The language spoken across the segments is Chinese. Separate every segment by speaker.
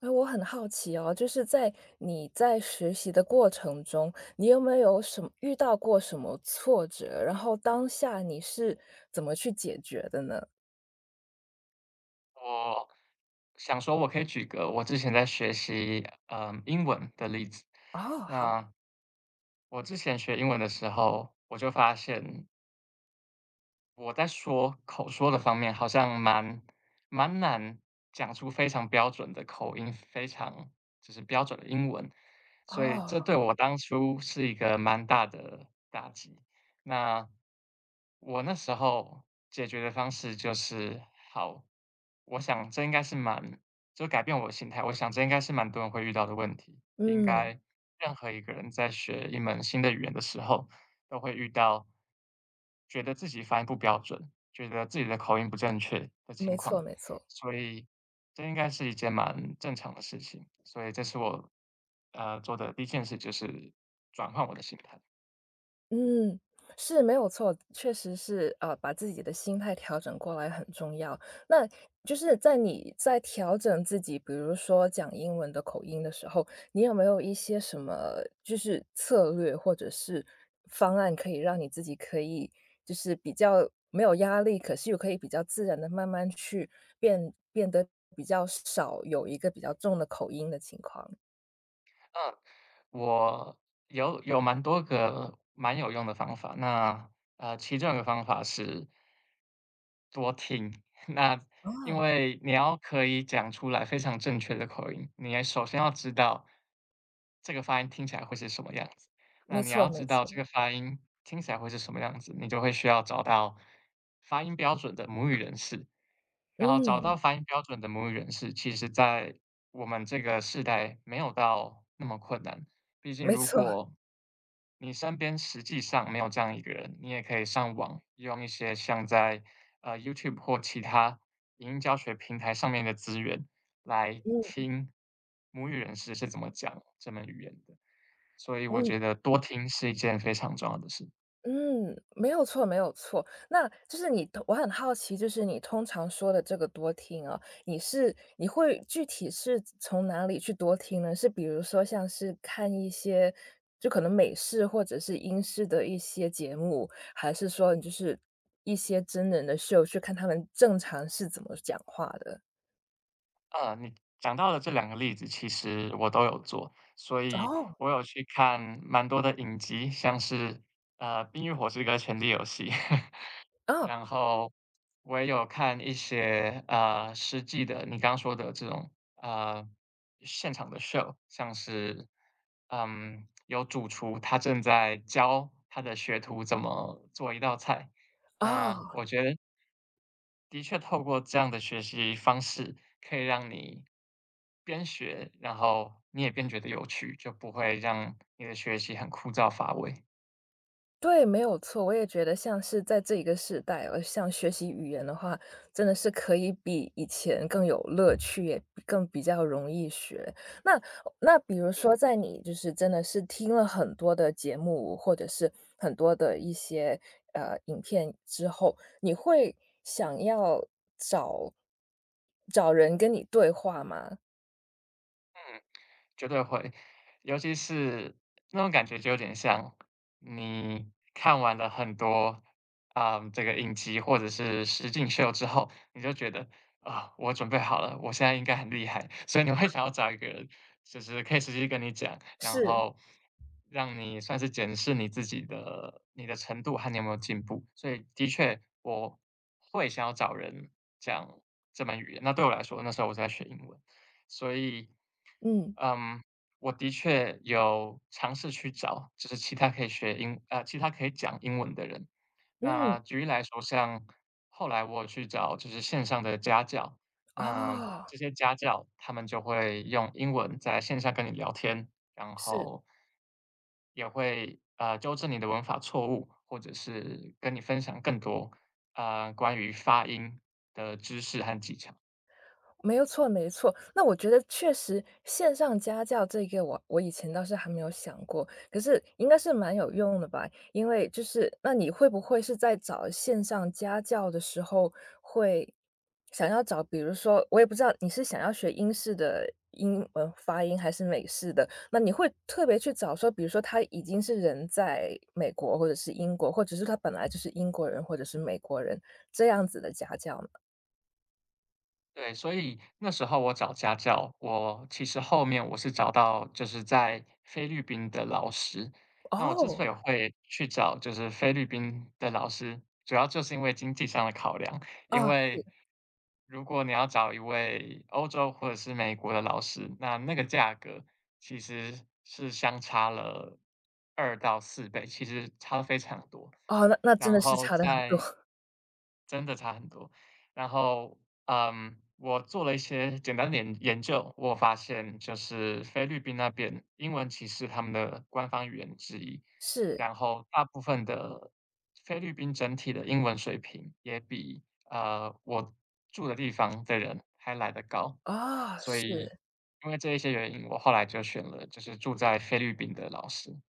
Speaker 1: 哎，我很好奇哦，就是在你在学习的过程中，你有没有什么遇到过什么挫折？然后当下你是怎么去解决的呢？
Speaker 2: 我想说我可以举个我之前在学习英文的例子。
Speaker 1: 哦，好，
Speaker 2: 那我之前学英文的时候，我就发现我在说口说的方面好像蛮难讲出非常标准的口音，非常就是标准的英文，所以这
Speaker 1: 哦，
Speaker 2: 对我当初是一个蛮大的打击。那我那时候解决的方式就是，好，我想这应该是蛮就改变我的心态，我想这应该是蛮多人会遇到的问题，应
Speaker 1: 嗯，
Speaker 2: 该任何一个人在学一门新的语言的时候，都会遇到觉得自己发音不标准，觉得自己的口音不正确的情
Speaker 1: 没错
Speaker 2: 况，
Speaker 1: 没错。
Speaker 2: 所以这应该是一件蛮正常的事情。所以这是我，做的第一件事，就是转换我的心态。
Speaker 1: 嗯，是，没有错，确实是，把自己的心态调整过来很重要。那就是在你在调整自己，比如说讲英文的口音的时候，你有没有一些什么就是策略或者是方案，可以让你自己可以就是比较没有压力，可是又可以比较自然的慢慢去变得比较少有一个比较重的口音的情况？
Speaker 2: 嗯，我有蛮多个蛮有用的方法，那，其中一个方法是多听。那因
Speaker 1: 哦，
Speaker 2: 为你要可以讲出来非常正确的口音，你也首先要知道这个发音听起来会是什么样子。那
Speaker 1: 没
Speaker 2: 你
Speaker 1: 错
Speaker 2: 要
Speaker 1: 没
Speaker 2: 知道
Speaker 1: 错，
Speaker 2: 这个发音听起来会是什么样子，你就会需要找到发音标准的母语人士。然后找到
Speaker 1: 嗯，
Speaker 2: 发音标准的母语人士，其实在我们这个时代没有到那么困难。毕竟
Speaker 1: 没
Speaker 2: 如
Speaker 1: 错，
Speaker 2: 果你身边实际上没有这样一个人，你也可以上网用一些像在YouTube 或其他语音教学平台上面的资源来
Speaker 1: 嗯
Speaker 2: 听母语人士是怎么讲这门语言的。所以我
Speaker 1: 嗯。
Speaker 2: 觉得多听是一件非常重要的事。
Speaker 1: 嗯，没有错，没有错。那就是我很好奇，就是你通常说的这个多听啊，你会具体是从哪里去多听呢？是比如说像是看一些就可能美式或者是英式的一些节目，还是说你就是一些真人的秀，去看他们正常是怎么讲话的？
Speaker 2: 你讲到的这两个例子，其实我都有做，所以
Speaker 1: 哦。
Speaker 2: 我有去看蛮多的影集，像是《冰与火之歌：权力游戏》
Speaker 1: 哦，
Speaker 2: 然后我也有看一些，实际的你刚说的这种，现场的 show，像是，有主厨他正在教他的学徒怎么做一道菜。那
Speaker 1: 哦。
Speaker 2: 我觉得的确透过这样的学习方式，可以让你边学，然后你也边觉得有趣，就不会让你的学习很枯燥乏味。
Speaker 1: 对，没有错。我也觉得像是在这一个时代，像学习语言的话，真的是可以比以前更有乐趣，也比较容易学。那那比如说，在你就是真的是听了很多的节目，或者是很多的一些影片之后，你会想要找找人跟你对话吗？
Speaker 2: 绝对会。尤其是那种感觉就有点像你看完了很多，啊、这个影集或者是实境秀之后，你就觉得啊、我准备好了，我现在应该很厉害，所以你会想要找一个人，就是可以实际跟你讲，然
Speaker 1: 是，
Speaker 2: 后让你算是检视你自己的你的程度和你有没有进步。所以的确，我会想要找人讲这门语言。那对我来说，那时候我在学英文。所以，
Speaker 1: 嗯
Speaker 2: 嗯，我的确有尝试去找，就是其他可以讲英文的人。
Speaker 1: 嗯，
Speaker 2: 那举例来说，像后来我有去找就是线上的家教，那
Speaker 1: 哦，
Speaker 2: 这些家教他们就会用英文在线下跟你聊天，然
Speaker 1: 是。
Speaker 2: 后也会纠正你的文法错误，或者是跟你分享更多关于发音的知识和技巧。
Speaker 1: 没有错，没错。那我觉得确实线上家教这个我以前倒是还没有想过，可是应该是蛮有用的吧？因为就是那你会不会是在找线上家教的时候，会想要找，比如说我也不知道你是想要学英式的英文发音还是美式的，那你会特别去找说，比如说他已经是人在美国或者是英国，或者是他本来就是英国人或者是美国人这样子的家教吗？
Speaker 2: 对，所以那时候我找家教，我其实后面我是找到就是在菲律宾的老师。那我之
Speaker 1: 哦，
Speaker 2: 所以啊会去找就是菲律宾的老师，主要就是因为经济上的考量。因
Speaker 1: 啊是。
Speaker 2: 为如果你要找一位欧洲或者是美国的老师，那那个价格其实是相差了2到4倍，其实差非常多。
Speaker 1: 哦，那真
Speaker 2: 然
Speaker 1: 的是
Speaker 2: 后
Speaker 1: 差的很多，
Speaker 2: 真的差很多。然后，我做了一些简单的研究，我发现就是菲律宾那边英文其实他们的官方语言之一，
Speaker 1: 是，
Speaker 2: 然后大部分的菲律宾整体的英文水平也比我住的地方的人还来得高，
Speaker 1: 哦，
Speaker 2: 所以
Speaker 1: 是。
Speaker 2: 因为这一些原因，我后来就选了就是住在菲律宾的老师。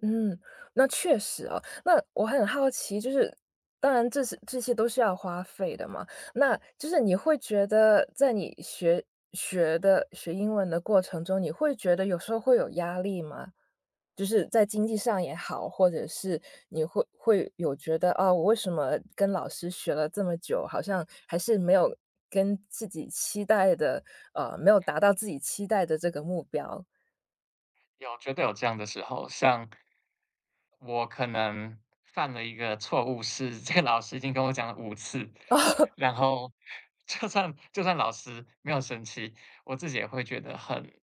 Speaker 1: 嗯，那确实哦。那我很好奇，就是当然这些都是要花费的嘛，那就是你会觉得在你学英文的过程中，你会觉得有时候会有压力吗？就是在经济上也好，或者是你会有觉得啊，我为什么跟老师学了这么久，好像还是没有跟自己期待的，没有达到自己期待的这个目标。
Speaker 2: 有绝对有这样的时候，像我可能犯了一个错误是，这个老师已经跟我讲了五次，
Speaker 1: 哦，
Speaker 2: 然后就算老师没有生气，我自己也会觉得很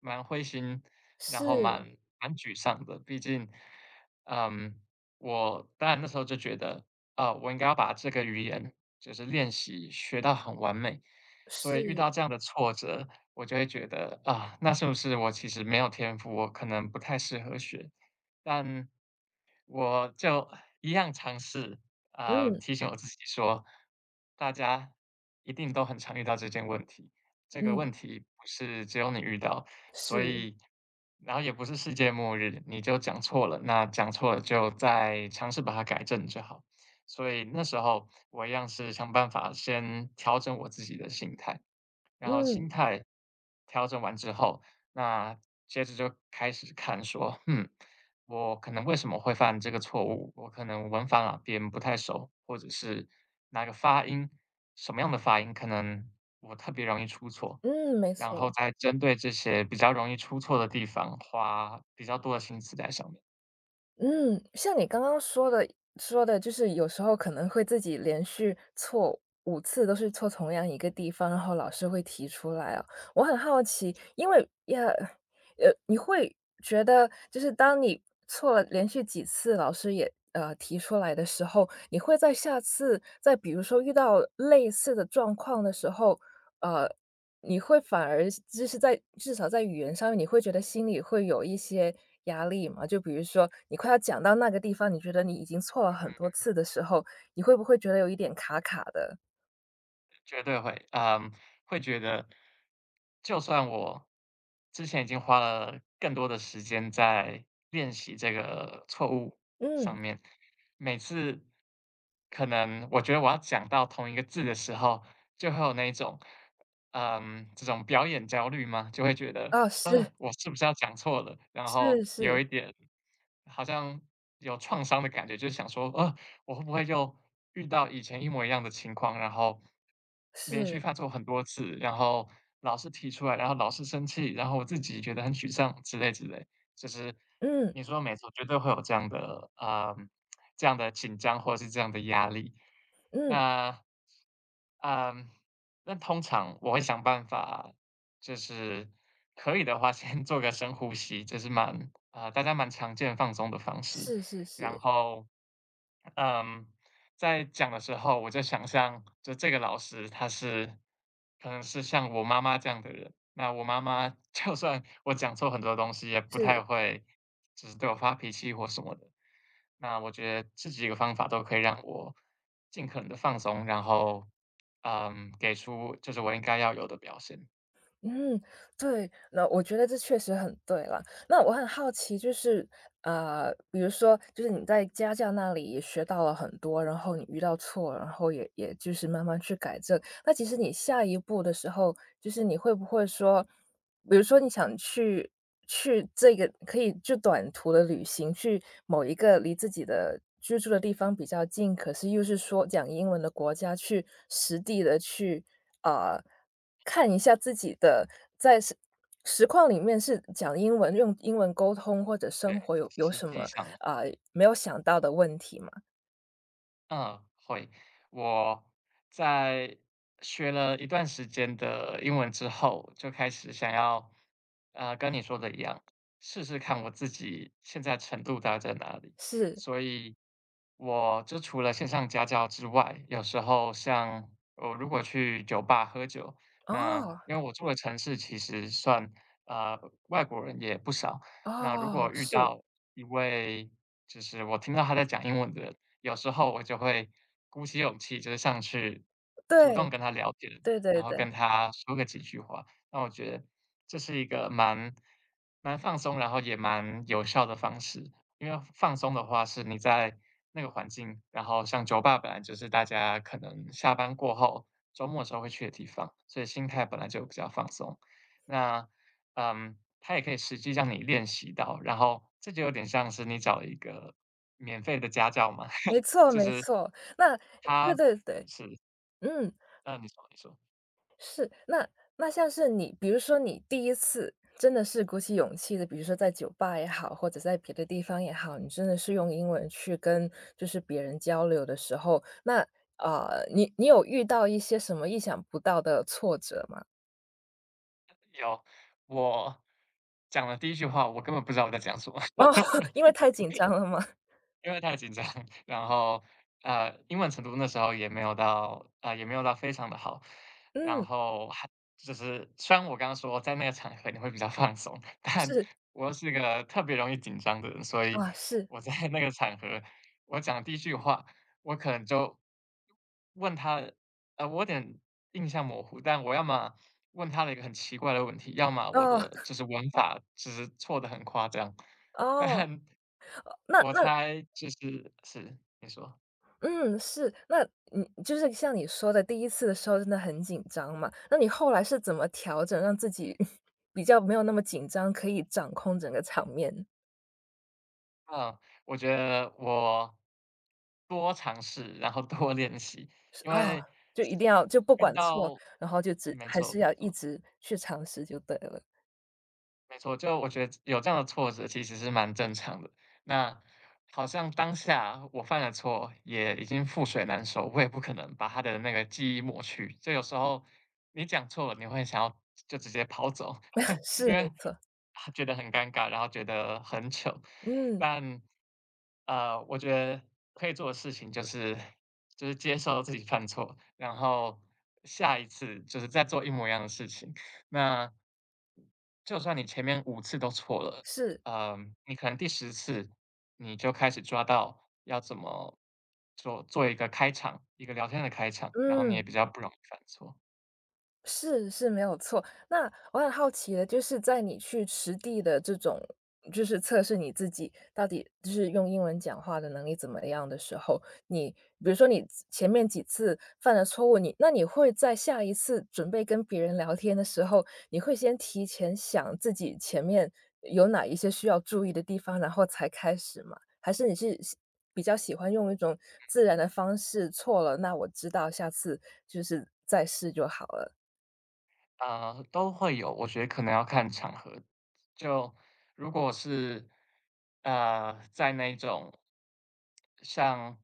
Speaker 2: 蛮灰心，然后
Speaker 1: 是，
Speaker 2: 蛮沮丧的。毕竟，嗯，我当然那时候就觉得，啊，我应该要把这个语言就是练习学到很完美，所以遇
Speaker 1: 是，
Speaker 2: 到这样的挫折，我就会觉得，啊，那是不是我其实没有天赋，我可能不太适合学。但我就一样尝试，
Speaker 1: 嗯。
Speaker 2: 提醒我自己说，大家一定都很常遇到这件问题，这个
Speaker 1: 嗯，
Speaker 2: 问题不是只有你遇到，所
Speaker 1: 是，
Speaker 2: 以，然后也不是世界末日，你就讲错了，那讲错了就再尝试把它改正就好。所以那时候我一样是想办法先调整我自己的心态。然后
Speaker 1: 嗯，
Speaker 2: 心态调整完之后，那接着就开始看说，我可能为什么会犯这个错误？我可能文法哪边不太熟，或者是哪个发音，什么样的发音可能我特别容易出错，
Speaker 1: 嗯，没
Speaker 2: 然后
Speaker 1: 错，
Speaker 2: 再针对这些比较容易出错的地方，花比较多的心思在上面。
Speaker 1: 嗯，像你刚刚说的，就是有时候可能会自己连续错5次都是错同样一个地方，然后老师会提出来啊。我很好奇，因为呀，你会觉得就是当你错了连续几次，老师也，提出来的时候，你会在下次再比如说遇到类似的状况的时候，呃你会反而就是在至少在语言上面，你会觉得心里会有一些压力吗？就比如说你快要讲到那个地方，你觉得你已经错了很多次的时候，你会不会觉得有一点卡卡的？
Speaker 2: 绝对会，会觉得，就算我之前已经花了更多的时间在练习这个错误上
Speaker 1: 嗯，
Speaker 2: 面，每次可能我觉得我要讲到同一个字的时候，就会有那一种，这种表演焦虑嘛，就会觉得，
Speaker 1: 哦，是，
Speaker 2: 我是不是要讲错了？然
Speaker 1: 是
Speaker 2: 后
Speaker 1: 是
Speaker 2: 有一点好像有创伤的感觉，就是想说，我会不会又遇到以前一模一样的情况，然后连续
Speaker 1: 是，
Speaker 2: 犯错很多次，然后老师提出来，然后老师生气，然后我自己觉得很沮丧之类之类。就是
Speaker 1: 嗯
Speaker 2: 你说没错，绝对会有这样的紧张或者是这样的压力。
Speaker 1: 嗯，
Speaker 2: 那嗯，那通常我会想办法，就是可以的话，先做个深呼吸，这是蛮大家蛮常见放松的方式。
Speaker 1: 是是
Speaker 2: 然
Speaker 1: 是
Speaker 2: 后，嗯，在讲的时候，我就想象，就这个老师他是可能是像我妈妈这样的人，那我妈妈 就算我讲错很多东西，也不
Speaker 1: 是。
Speaker 2: 太会就是对我发脾气或什么的。那我觉得这几个方法都可以让我尽可能的放松，然后，给出就是我应该要有的表现。
Speaker 1: 嗯，对，那我觉得这确实很对了。那我很好奇，就是比如说，就是你在家教那里也学到了很多，然后你遇到错，然后也就是慢慢去改正。那其实你下一步的时候，就是你会不会说，比如说你想去这个可以就短途的旅行，去某一个离自己的居住的地方比较近，可是又是说讲英文的国家，去实地的去，啊呃看一下自己的在实况里面是讲英文，用英文沟通或者生活有
Speaker 2: 实
Speaker 1: 什
Speaker 2: 际
Speaker 1: 么，
Speaker 2: 上
Speaker 1: 没有想到的问题吗？
Speaker 2: 嗯，会。我在学了一段时间的英文之后，就开始想要，跟你说的一样，试试看我自己现在程度大概在哪里。
Speaker 1: 是，
Speaker 2: 所以，我就除了线上家教之外，有时候像我如果去酒吧喝酒，那
Speaker 1: 哦，
Speaker 2: 因为我住的城市其实算，呃，外国人也不少。那如
Speaker 1: 哦，
Speaker 2: 果遇
Speaker 1: 是，
Speaker 2: 到一位就是我听到他在讲英文的人有时候我就会鼓起勇气，就是上去主动
Speaker 1: 对，
Speaker 2: 跟他聊天，
Speaker 1: 对对
Speaker 2: 然后
Speaker 1: 对。
Speaker 2: 跟他说个几句话。那我觉得这是一个蛮放松，然后也蛮有效的方式。因为放松的话是你在那个环境，然后像酒吧本来就是大家可能下班过后、周末的时候会去的地方，所以心态本来就比较放松。那它也可以实际让你练习到，然后这就有点像是你找了一个免费的家教嘛。
Speaker 1: 没 错
Speaker 2: 就
Speaker 1: 没
Speaker 2: 是
Speaker 1: 错，那对
Speaker 2: 他
Speaker 1: 对对，
Speaker 2: 是
Speaker 1: 嗯，
Speaker 2: 你说你说。
Speaker 1: 是。那像是你比如说你第一次真的是鼓起勇气的，比如说在酒吧也好，或者在别的地方也好，你真的是用英文去跟就是别人交流的时候，那，啊，你有遇到一些什么意想不到的挫折吗？
Speaker 2: 有，我讲的第一句话，我根本不知道我在讲什么。
Speaker 1: 哦，因为太 紧张了吗？
Speaker 2: 因为太紧张，然后，英文程度那时候也没有到非常的好。然
Speaker 1: 嗯，
Speaker 2: 后还就是虽然我刚刚说在那个场合你会比较放松，但
Speaker 1: 是，
Speaker 2: 我又是个特别容易紧张的人，所以
Speaker 1: 啊，是，
Speaker 2: 我在那个场合，我讲第一句话，我可能就问他，我有点印象模糊，但我要么问他了一个很奇怪的问题，要么我
Speaker 1: 哦，
Speaker 2: 的就是文法就是错的很夸张。
Speaker 1: 哦，
Speaker 2: 但
Speaker 1: 那
Speaker 2: 我
Speaker 1: 那
Speaker 2: 猜就是，你说。
Speaker 1: 嗯，是，那你就是像你说的，第一次的时候真的很紧张嘛，那你后来是怎么调整，让自己 比较没有那么紧张，可以掌控整个场面？
Speaker 2: 嗯，我觉得我多尝试，然后多练习，
Speaker 1: 是
Speaker 2: 因
Speaker 1: 啊，
Speaker 2: 为
Speaker 1: 就一定要就不
Speaker 2: 遇
Speaker 1: 管错，
Speaker 2: 到
Speaker 1: 然后就只
Speaker 2: 没
Speaker 1: 还
Speaker 2: 错
Speaker 1: 是要
Speaker 2: 没
Speaker 1: 一
Speaker 2: 错。
Speaker 1: 直去尝试就对了。
Speaker 2: 没错，就我觉得有这样的挫折其实是蛮正常的。那好像当下我犯了错，也已经覆水难收，我也不可能把他的那个记忆抹去。就有时候你讲错了，你会想要就直接跑走，
Speaker 1: 是，
Speaker 2: 因
Speaker 1: 没
Speaker 2: 为
Speaker 1: 错，
Speaker 2: 他觉得很尴尬，然后觉得很糗。
Speaker 1: 嗯，
Speaker 2: 但我觉得可以做的事情就是就是接受自己犯错，然后下一次就是再做一模一样的事情。那就算你前面五次都错了，
Speaker 1: 是，
Speaker 2: 你可能第10次你就开始抓到要怎么做一个开场，一个聊天的开场，然后你也
Speaker 1: 嗯。
Speaker 2: 比较不容易犯错。
Speaker 1: 是是，没有错。那我很好奇的就是，在你去实地的这种，就是测试你自己到底就是用英文讲话的能力怎么样的时候，你比如说你前面几次犯了错误，那你会在下一次准备跟别人聊天的时候，你会先提前想自己前面有哪一些需要注意的地方，然后才开始吗？还是你是比较喜欢用一种自然的方式，错了，那我知道，下次就是再试就好了。
Speaker 2: 啊，都会有，我觉得可能要看场合。就如果是，在那种像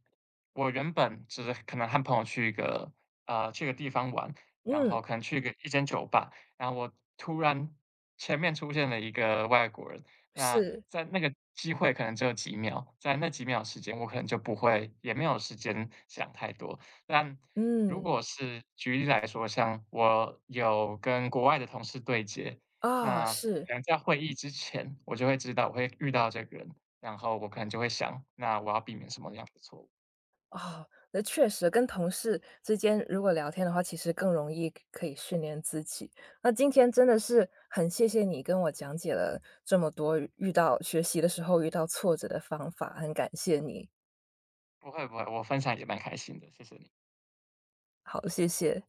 Speaker 2: 我原本只是可能和朋友去个地方玩，然
Speaker 1: 嗯，
Speaker 2: 后可能去一间酒吧，然后我突然前面出现了一个外国人，那
Speaker 1: 是，
Speaker 2: 在那个机会可能只有几秒，在那几秒时间，我可能就不会也没有时间想太多，但如
Speaker 1: 嗯，
Speaker 2: 果是举例来说，像我有跟国外的同事对接，
Speaker 1: 哦，
Speaker 2: 那
Speaker 1: 是，
Speaker 2: 可能在会议之前，我就会知道我会遇到这个人，然后我可能就会想，那我要避免什么样的错误。
Speaker 1: 哦，那确实跟同事之间如果聊天的话，其实更容易可以训练自己。那今天真的是很谢谢你跟我讲解了这么多遇到学习的时候遇到挫折的方法，很感谢你。
Speaker 2: 不会不会，我分享也蛮开心的，谢谢你。
Speaker 1: 好，谢谢。